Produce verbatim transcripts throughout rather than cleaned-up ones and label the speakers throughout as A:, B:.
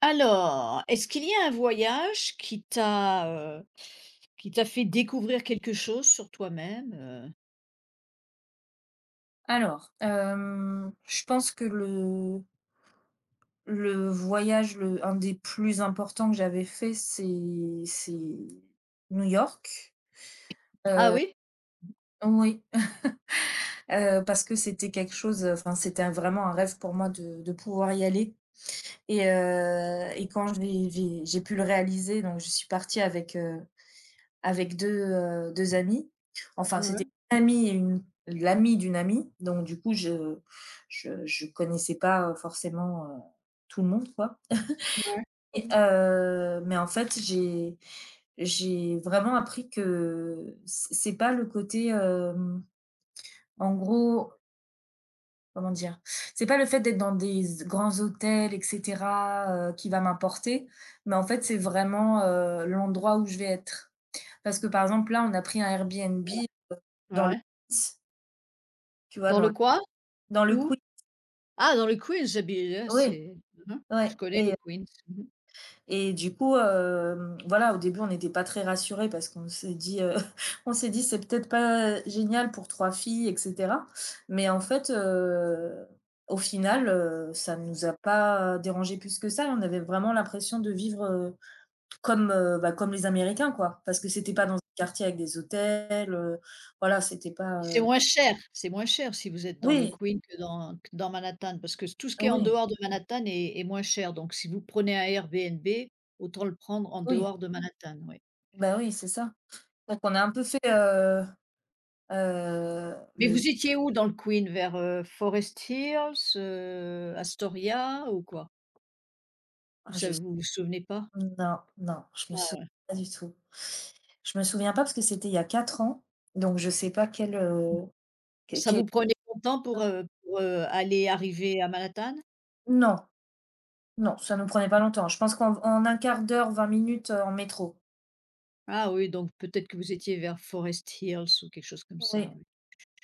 A: Alors, est-ce qu'il y a un voyage qui t'a, heu, qui t'a fait découvrir quelque chose sur toi-même, heu?
B: Alors, hem, je pense que le le voyage, le un des plus importants que j'avais fait, c'est c'est New York.
A: Ah oui?
B: Oui, heu, parce que c'était quelque chose, enfin, c'était vraiment un rêve pour moi de de pouvoir y aller et heu et quand j'ai j'ai j'ai pu le réaliser, donc je suis partie avec, euh, avec deux heu, deux amies. Enfin,
A: Ouais,
B: c'était une amie et une l'amie d'une amie, donc du coup, je je je connaissais pas, euh, forcément, heu, tout le monde, quoi.
A: ouais,
B: Et heu, mais en fait, j'ai j'ai vraiment appris que c'est c'est pas le côté, hem, en gros, comment dire? C'est pas le fait d'être dans des grands hôtels et cetera, heu, qui va m'importer, mais en fait, c'est vraiment, heu, l'endroit où je vais être. Parce que, par exemple, là, on a pris un Airbnb,
A: ouais,
B: heu, dans le
A: ouais.
B: Queens, tu vois?
A: Dans
B: Dans
A: le
B: le
A: quoi?
B: dans le
A: Où?
B: Queens.
A: Ah, dans le Queens. Ah beh, là
B: Oui,
A: c'est. Mmh, je
B: ouais,
A: connais le
B: et euh,
A: Queens. Mmh.
B: et du coup, hem, voilà, au début, on n'était pas très rassurés parce qu'on s'est dit, heu, on s'est dit: «C'est peut-être pas génial pour trois filles et cetera». Mais en fait, heu, au final, heu, ça ne nous a pas dérangé plus que ça. On avait vraiment l'impression de vivre, heu, comme, heu, bah, comme les Américains, quoi. Parce que c'était pas dans un quartier avec des hôtels, heu, voilà, c'était pas,
A: C'est
B: heu
A: moins cher, c'est moins cher si vous êtes dans le
B: oui,
A: Queens que dans que dans Manhattan, parce que tout ce qui est en
B: oui.
A: dehors de Manhattan est est moins cher. Donc si vous prenez un Airbnb, autant le prendre en
B: Oui,
A: dehors de Manhattan, oui.
B: bah, oui, c'est ça. Donc on a un peu fait, heu heu,
A: Mais
B: le
A: vous étiez où dans le Queen? Vers, heu, Forest Hills, heu, Astoria ou quoi? Ou
B: ah je
A: ça vous vous souvenez pas?
B: non, non, je me
A: Ah
B: souviens
A: ouais.
B: pas du tout. Je me souviens pas parce que c'était il y a quatre ans, donc je sais pas quel, heu, quel
A: Ça
B: quel
A: vous prenait longtemps pour, heu, pour, heu, aller arriver à Manhattan?
B: non, non, ça nous prenait pas longtemps. Je pense qu'en en un quart d'heure, vingt minutes, heu, en métro.
A: Ah oui, donc peut-être que vous étiez vers Forest Hills ou quelque chose comme ça,
B: Oui,
A: oui.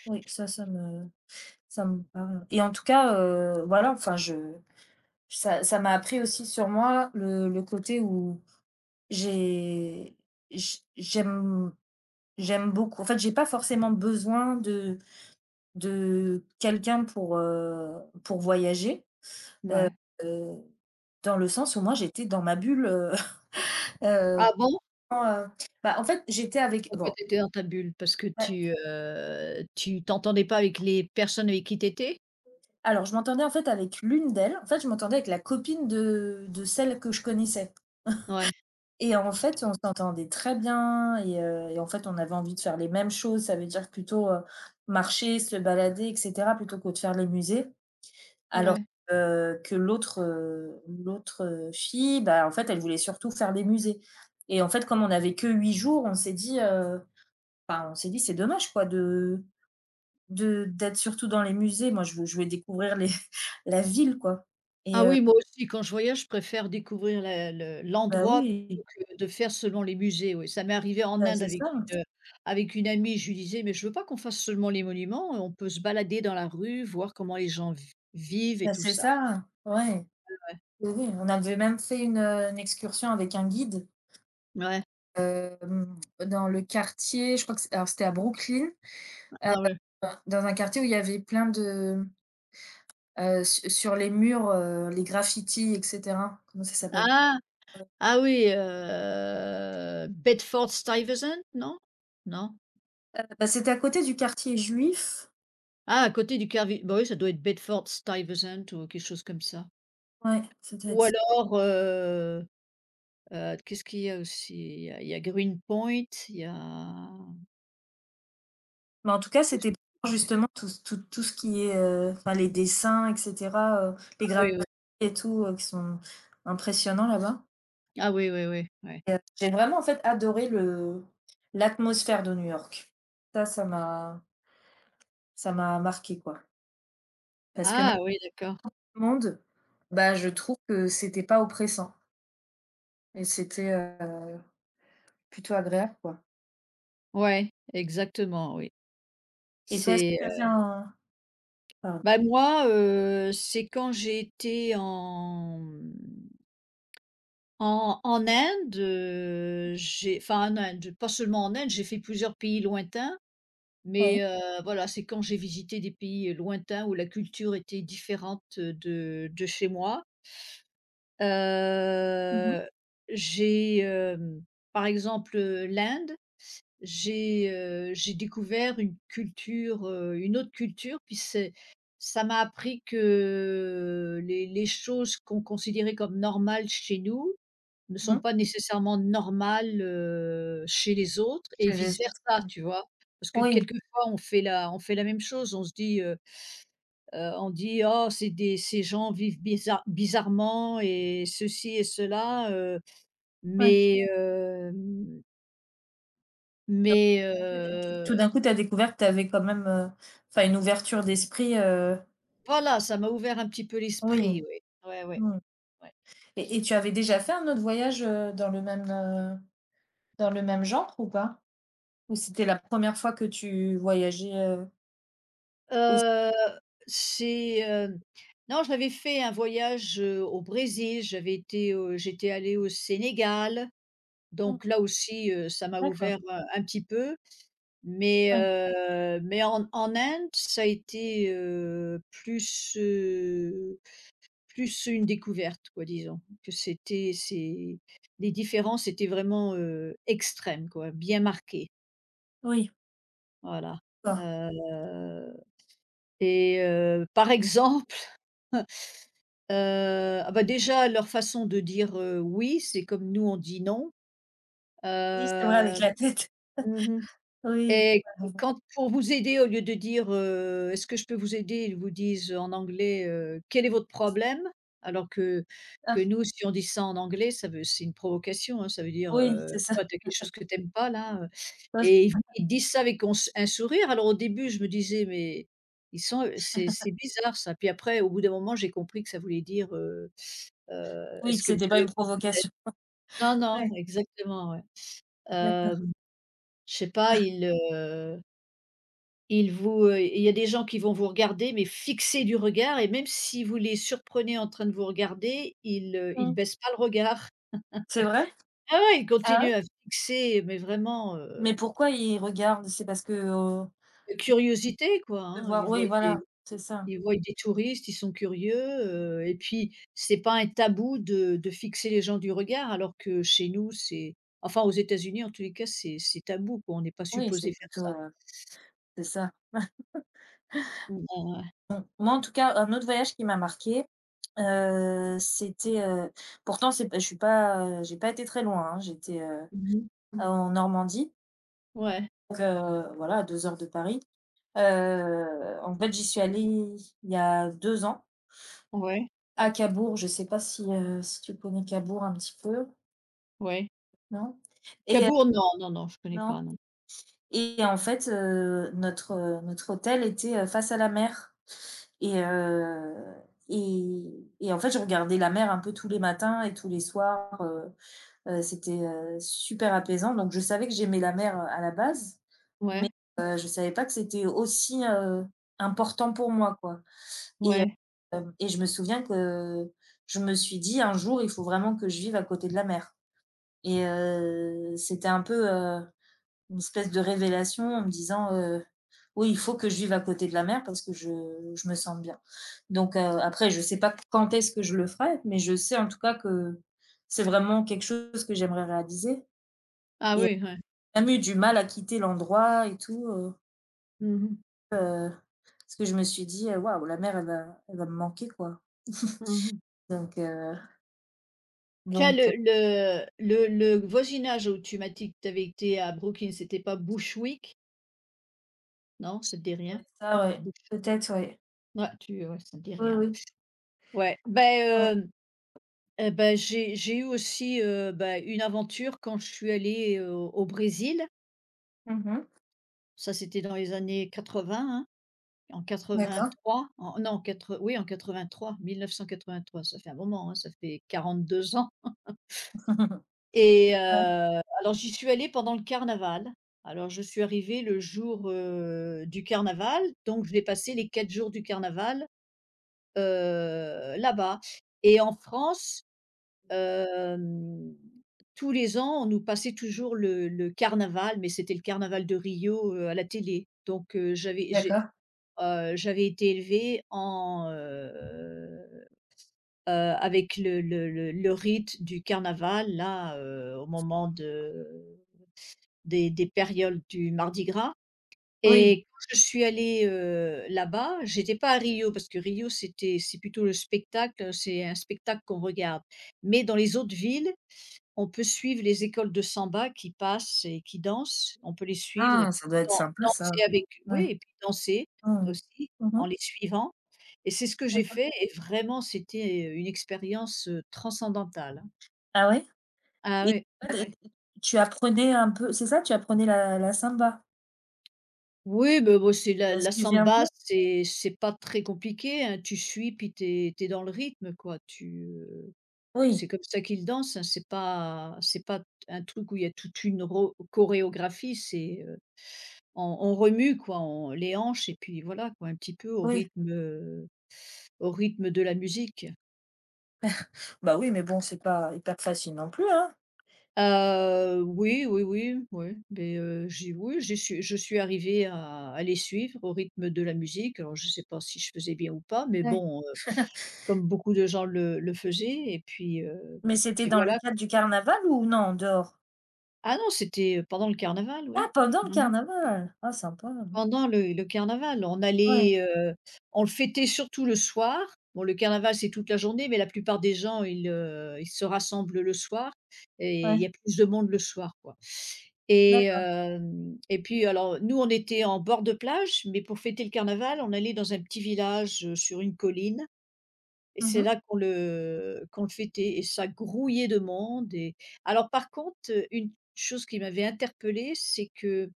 B: oui, ça, ça me ça me parle et en tout cas, heu, voilà, enfin je ça ça m'a appris aussi sur moi le le côté où j'ai j j'aime J'aime beaucoup. En fait, j'ai pas forcément besoin de de quelqu'un pour, heu, pour voyager,
A: Ouais.
B: heu, dans le sens où moi j'étais dans ma bulle. Heu heu,
A: Ah bon?
B: quand, heu, Bah, en fait, j'étais avec
A: Pourquoi
B: bon,
A: tu étais dans ta bulle? Parce que
B: ouais,
A: tu, heu, tu t'entendais pas avec les personnes avec qui tu étais?
B: alors je m'entendais en fait avec l'une d'elles. En fait, je m'entendais avec la copine de de celle que je connaissais.
A: Ouais,
B: Et en fait, on s'entendait très bien et heu et en fait, on avait envie de faire les mêmes choses. Ça veut dire plutôt, heu, marcher, se balader et cetera plutôt que de faire les musées. Alors,
A: ouais.
B: heu, que l'autre, heu, l'autre, heu, fille, bah, en fait, elle voulait surtout faire des musées et en fait, comme on n'avait que huit jours, on s'est dit, heu, enfin, on s'est dit: «C'est dommage quoi de de d'être surtout dans les musées». Moi, je veux je voulais découvrir les la ville quoi. et
A: Ah
B: heu,
A: oui, moi aussi, quand je voyage, je préfère découvrir la le
B: Bah,
A: l'endroit plutôt
B: oui,
A: que de faire selon les musées, oui. Ça m'est arrivé en
B: bah,
A: Inde
B: c'est
A: avec
B: ça,
A: une, euh, avec une amie. Je lui disais: «Mais je veux pas qu'on fasse seulement les monuments, on peut se balader dans la rue, voir comment les gens v vivent et
B: bah,
A: tout
B: c'est
A: ça».
B: ça, ouais. Oui, oui, on avait même fait une, heu, une excursion avec un guide,
A: Ouais,
B: hem, dans le quartier. Je crois que c'est, alors c'était à Brooklyn, heu,
A: ah ouais.
B: dans un quartier où il y avait plein de Heu, su sur les murs, heu, les graffitis et cetera. Comment ça s'appelle?
A: Ah! Ah oui, heu, Bedford-Stuyvesant, non? Non?
B: Bah, c'était à côté du quartier juif.
A: Ah, à côté du Carvi. Bah oui, ça doit être Bedford-Stuyvesant ou quelque chose comme ça.
B: Ouais, ça doit
A: Ou
B: être ça.
A: alors, euh, Heu, qu'est-ce qu'il y a aussi? Il y a il y a Greenpoint, il y a ah
B: Mais en tout cas, c'était pour justement tout ce tout tout ce qui est, heu, enfin les dessins et cetera, heu, les
A: oui, oui.
B: graffitis et tout, heu, qui sont impressionnants là-bas,
A: Ah oui, oui, oui, ouais.
B: et heu, j'ai vraiment en fait adoré le l'atmosphère de New York. Ça, ça m'a ça m'a marqué quoi. Parce que même
A: Ah oui, d'accord.
B: le monde, bah, je trouve que c'était pas oppressant et c'était, heu, plutôt agréable quoi.
A: Ouais, exactement, oui.
B: Et toi, est-ce que
A: C'est,
B: tu as fait
A: heu
B: un pardon,
A: Bah, moi, heu, c'est quand j'ai été en, mmh, en en Inde, heu, j'ai enfin en Inde, pas seulement en Inde, j'ai fait plusieurs pays lointains,
B: oui.
A: mais heu, voilà, c'est quand j'ai visité des pays lointains où la culture était différente de de chez moi.
B: Mmh mh.
A: Heu, j'ai, hem, par exemple, heu, l'Inde, j'ai, heu, j'ai découvert une culture, heu, une autre culture. Puis c'est Ça m'a appris que les les choses qu'on considérait comme normales chez nous ne sont
B: Mmh.
A: pas nécessairement normales, heu, chez les autres et
B: J'ai j'ai
A: vice
B: ça,
A: versa, tu vois? Parce que
B: oui,
A: quelquefois on fait la on fait la même chose. On se dit, Heu, on dit: «Oh, c'est des ces gens vivent bizarr bizarrement et ceci et cela», heu,
B: oui.
A: mais hem,
B: Donc
A: mais
B: en fait, t tout
A: heu,
B: d'un coup, tu as découvert que tu avais quand même, heu, enfin une ouverture d'esprit, heu
A: voilà, ça m'a ouvert un petit peu
B: oui,
A: l'esprit, oui. Ouais, ouais,
B: mmh.
A: ouais.
B: Et et tu avais déjà fait un autre voyage, heu, dans le même, heu, dans le même genre ou pas? Ou c'était la première fois que tu voyageais, heu, aussi?
A: Heu, c'est, hem, non, j'avais fait un voyage, heu, au Brésil. J'avais été au j'étais allée au Sénégal,
B: Mmh,
A: donc là aussi, heu, ça m'a
B: d'accord,
A: ouvert, heu, un petit peu. Mais
B: ouais,
A: heu, mais en en Inde, ça a été, heu, plus, heu, plus une découverte quoi, disons. Que c'était c'est Les différences étaient vraiment, heu, extrêmes quoi, bien marquées,
B: oui,
A: voilà.
B: d'accord.
A: Heu et, heu, par exemple, heu, ah bah, déjà leur façon de dire, heu, «oui», c'est comme nous on dit «non».
B: Oui, c'est vrai
A: Heu,
B: avec la tête.
A: mmh.
B: Oui,
A: Et quand, pour vous aider, au lieu de dire, heu: «Est-ce que je peux vous aider?», ils vous disent en anglais, heu: «Quel est votre problème?», alors que que
B: ah
A: nous, si on dit ça en anglais, ça veut c'est une provocation, hein, ça veut dire,
B: oui,
A: heu:
B: c'est ça.
A: «Oh, tu as quelque chose que tu aimes pas là, heu»
B: Ouais,
A: et ils ils disent ça avec on s un sourire. Alors au début, je me disais: «Mais ils sont, c'est c'est bizarre ça». Puis après, au bout d'un moment, j'ai compris que ça voulait dire, heu heu:
B: oui,
A: «Est-ce que vous
B: c'était pas une
A: avez».
B: provocation.
A: Non, non,
B: Ouais,
A: exactement, ouais.
B: d'accord.
A: Hem, je sais pas, ils, Il vous, heu, il y a des gens qui vont vous regarder, mais fixés du regard, et même si vous les surprenez en train de vous regarder, ils, heu, ils
B: Mmh.
A: baissent pas le regard.
B: C'est vrai?
A: Ah ouais, ils
B: Ah ouais?
A: continuent à fixer, mais vraiment,
B: Mais
A: heu,
B: pourquoi ils regardent? C'est parce que, heu,
A: curiosité quoi,
B: de
A: hein.
B: voir,
A: Ils voient
B: oui,
A: des
B: voilà, c'est ça.
A: ils voient des touristes, ils sont curieux, heu et puis c'est pas un tabou de de fixer les gens du regard, alors que chez nous, c'est enfin aux États-Unis en tous les cas, c'est c'est tabou quoi, on n'est pas
B: Oui,
A: supposé
B: c'est
A: faire
B: plutôt,
A: ça.
B: heu, c'est ça.
A: Mmh, ouais, ouais.
B: Moi, en tout cas, un autre voyage qui m'a marquée, heu, c'était, heu pourtant c'est pas je suis pas, heu, j'ai pas été très loin, hein. J'étais, heu,
A: Mmh.
B: Mmh. en Normandie,
A: Ouais,
B: donc heu, voilà, à deux heures de Paris. Heu, en fait, j'y suis allée il y a deux ans,
A: ouais,
B: à Cabourg. Je sais pas si, heu, si tu connais Cabourg un petit peu?
A: ouais.
B: Non? Et heu
A: Cabourg, non, non, non, je connais
B: non?
A: pas, non.
B: Et en fait, heu, notre, heu, notre hôtel était, heu, face à la mer et heu et et en fait, je regardais la mer un peu tous les matins et tous les soirs. Heu heu, c'était, heu, super apaisant. Donc je savais que j'aimais la mer, heu, à la base, mais
A: Ouais,
B: heu, je savais pas que c'était aussi, heu, important pour moi, quoi. et hem
A: ouais.
B: et je me souviens que je me suis dit: «Un jour, il faut vraiment que je vive à côté de la mer», et heu, c'était un peu, heu une espèce de révélation, en me disant, euh, oui, il faut que je vive à côté de la mer parce que je, je me sens bien. Donc euh, après, je ne sais pas quand est-ce que je le ferai, mais je sais en tout cas que c'est vraiment quelque chose que j'aimerais réaliser.
A: Ah
B: Et
A: oui, ouais.
B: j'ai même eu du mal à quitter l'endroit et tout, euh,
A: Mmh mh.
B: euh, parce que je me suis dit, euh, waouh, la mer, elle va, elle va me manquer, quoi.
A: Mmh.
B: Donc, euh,
A: Tiens, le
B: donc euh,
A: le le le voisinage où tu m'as dit que tu avais été à Brooklyn, c'était pas Bushwick? Non, ça
B: ça
A: te dit
B: doit
A: rien?
B: être ça, ouais.
A: Bush
B: Peut-être, ouais.
A: Ouais, tu ouais, ça te dit
B: Oui,
A: rien.
B: oui.
A: Ouais,
B: Ouais.
A: ben, heu et ben, j'ai j'ai eu aussi, heu, bah, une aventure quand je suis allée, heu, au Brésil.
B: Mhm.
A: Ça, c'était dans les années quatre-vingts, hein, en
B: D'accord.
A: quatre-vingt-trois, en non, quatre. Oui, en quatre vingt trois, mille neuf cent quatre-vingt-trois. Ça fait un moment, hein, ça fait quarante-deux ans. Et heu,
B: Ouais.
A: alors j'y suis allée pendant le carnaval. Alors je suis arrivée le jour, heu, du carnaval, donc j'ai passé les quatre jours du carnaval, heu, là-bas. Et en France, hem, tous les ans, on nous passait toujours le le carnaval, mais c'était le carnaval de Rio, heu, à la télé. Donc heu, j'avais j'ai,
B: D'accord.
A: heu, j'avais été élevée en, heu heu, avec le le le le rite du carnaval là, heu, au moment de des des périodes du mardi gras,
B: Oui,
A: et quand je suis allée, heu, là-bas, j'étais pas à Rio, parce que Rio c'était c'est plutôt le spectacle, c'est un spectacle qu'on regarde. Mais dans les autres villes, on peut suivre les écoles de samba qui passent et qui dansent. On peut les suivre et
B: ah, ça doit être
A: dan
B: sympa ça.
A: danser avec oui,
B: Ouais.
A: et puis danser
B: Mmh.
A: aussi
B: Mmh mh.
A: en les suivant. Et c'est ce que j'ai
B: D'accord.
A: fait, et vraiment c'était, euh, une expérience, heu, transcendantale, hein.
B: Ah ouais?
A: Ah
B: Et
A: ouais.
B: tu apprenais un peu, c'est ça? Tu apprenais la la samba?
A: Oui, ben bon, c'est
B: Tu
A: la
B: la
A: la
B: suivais un
A: samba,
B: peu?
A: c'est c'est pas très compliqué, hein. Tu suis, puis t'es es dans le rythme, quoi. Tu, heu,
B: Oui,
A: c'est comme ça qu'ils dansent, hein. C'est pas c'est pas un truc où il y a toute une ro chorégraphie. C'est, heu, on on remue, quoi, on les hanches, et puis voilà, quoi, un petit peu au
B: oui.
A: rythme, heu, au rythme de la musique.
B: Bah oui, mais bon, c'est pas hyper facile non plus, hein?
A: Heu, oui, oui, oui, oui, beh, heu, j'ai oui, j'ai su je suis arrivée à à les suivre au rythme de la musique. Alors je ne sais pas si je faisais bien ou pas, mais
B: Ouais.
A: bon, euh, Comme beaucoup de gens le le faisaient, et puis, heu,
B: Mais c'était
A: puis
B: dans le
A: voilà.
B: cadre du carnaval ou non, en dehors?
A: Ah non, c'était pendant le carnaval, oui.
B: Ah, pendant le
A: Mmh.
B: carnaval! Ah sympa.
A: Pendant le le carnaval, on
B: Ouais,
A: allait, heu, on le fêtait surtout le soir. Bon, le carnaval, c'est toute la journée, mais la plupart des gens, ils, heu, ils se rassemblent le soir, et il y
B: ouais,
A: a plus de monde le soir, quoi. Et
B: d'accord.
A: hem et puis alors, nous, on était en bord de plage, mais pour fêter le carnaval, on allait dans un petit village, heu, sur une colline. Et
B: Mmh
A: c'est
B: mh.
A: là qu'on le qu'on le fêtait, et ça grouillait de monde. Et alors par contre, heu, une chose qui m'avait interpellée, c'est que,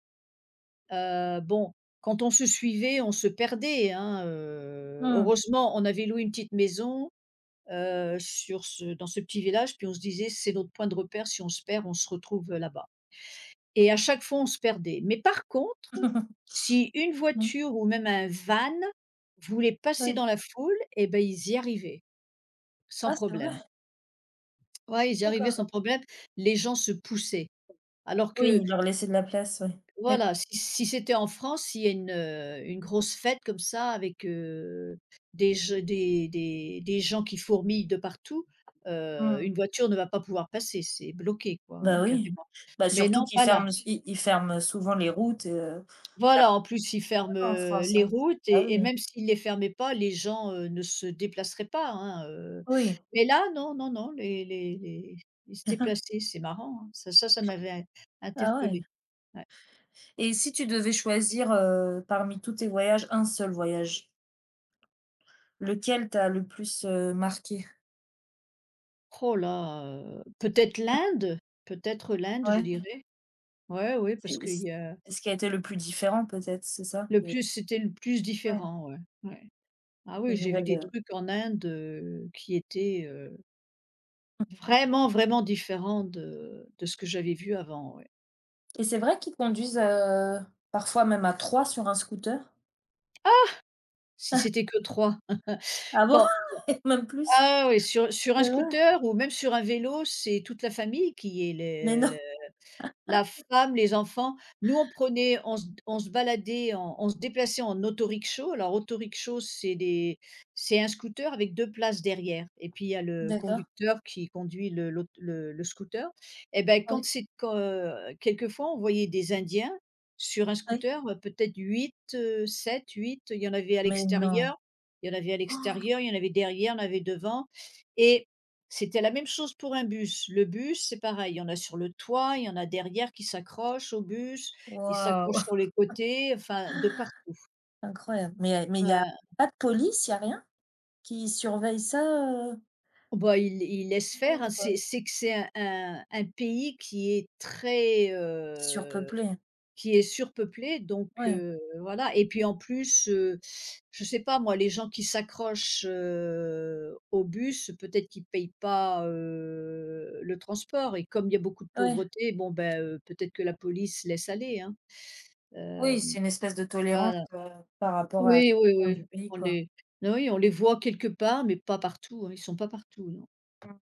A: heu, bon, quand on se suivait, on se perdait, hein, heu,
B: Mmh.
A: heureusement, on avait loué une petite maison, heu, sur ce dans ce petit village. Puis on se disait: «C'est notre point de repère, si on se perd, on se retrouve là-bas», et à chaque fois, on se perdait. Mais par contre, si une
B: Mmh.
A: voiture ou même un van voulait passer
B: Ouais.
A: dans la foule, eh ben, ils y arrivaient sans
B: Ah c'est vrai?
A: problème. Ouais, ils y arrivaient sans
B: D'accord.
A: problème, les gens se poussaient. Alors
B: Oui,
A: que
B: ils leur laissaient de la place, ouais. D'accord.
A: voilà, si si c'était en France, s'il y a une, heu, une grosse fête comme ça avec, heu, des je des des des gens qui fourmillent de partout, heu,
B: Mmh.
A: une voiture ne va pas pouvoir passer, c'est bloqué quoi, hein,
B: Bah oui.
A: carrément.
B: Bah,
A: Mais
B: surtout
A: non,
B: qu'ils
A: pas là.
B: ferment ils ils ferment souvent les routes, heu,
A: Voilà, en plus, ils ferment,
B: en
A: heu,
B: France,
A: les
B: hein.
A: routes,
B: Ah
A: et
B: oui.
A: et même s'ils ne les fermaient pas, les gens, heu, ne se déplaceraient pas, hein, heu.
B: Oui.
A: Mais là, non, non, non, les les les ils se déplaçaient, c'est marrant, hein. Ça ça ça m'avait interpellé.
B: Ah ouais. Et si tu devais choisir, heu, parmi tous tes voyages, un seul voyage, lequel t'a le plus, heu, marqué?
A: Oh là, heu, peut-être l'Inde, peut-être l'Inde, je
B: Ouais,
A: dirais. Ouais, oui, parce
B: c'est
A: qu'il
B: c
A: y a
B: ce qui a été le plus différent peut-être, c'est ça?
A: le
B: Le
A: plus c'était le plus
B: Ouais,
A: différent, ouais, ouais. Ah
B: les
A: oui, j'ai vu
B: nouvelles,
A: des
B: heu
A: trucs en Inde, heu, qui étaient, heu, vraiment, vraiment différents de de ce que j'avais vu avant, ouais.
B: et c'est vrai qu'ils conduisent, heu, parfois même à trois sur un scooter?
A: Si c'était que trois.
B: Ah bon?
A: Quand
B: Et même plus?
A: Ah oui, sur sur un
B: C'est vrai?
A: scooter ou même sur un vélo, c'est toute la famille qui est
B: Mais
A: le
B: non?
A: la femme, les enfants. Nous, on prenait on se on se baladait, en on se déplaçait en autorickshaw. Alors autorickshaw, c'est des c'est un scooter avec deux places derrière, et puis il y a le
B: D'accord.
A: conducteur qui conduit le l'aut le le scooter. Et ben, quand
B: Oui,
A: c'est quand, heu, quelquefois, on voyait des indiens sur un
B: oui.
A: scooter, heu, peut-être huit, heu, sept huit, il y en avait à
B: Mais non?
A: l'extérieur il y en avait à
B: Oh,
A: l'extérieur, il y en avait derrière, il y en avait devant, et c'était la même chose pour un bus. Le bus, c'est pareil, il y en a sur le toit, il y en a derrière qui s'accrochent au bus, ils
B: waouh!
A: s'accrochent sur les côtés, enfin de partout.
B: Incroyable, mais heu, mais il y a
A: Heu,
B: pas de police, il y a rien qui surveille ça, heu?
A: Bah, ils ils laissent faire, hein, c'est c'est que c'est un un un pays qui est très, heu
B: Surpeuplé,
A: Qui est surpeuplée donc,
B: ouais,
A: heu, voilà, et puis en plus, heu, je sais pas moi, les gens qui s'accrochent, heu, au bus, peut-être qu'ils payent pas, heu, le transport, et comme il y a beaucoup de
B: ouais.
A: pauvreté, bon ben, heu, peut-être que la police laisse aller, hein,
B: Oui,
A: hem,
B: c'est une espèce de tolérance,
A: voilà.
B: heu, par rapport à la
A: Oui, oui,
B: situation
A: oui,
B: du pays,
A: on
B: quoi.
A: les oui, on les voit quelque part, mais pas partout, hein, ils sont pas partout, non.
B: Mmh.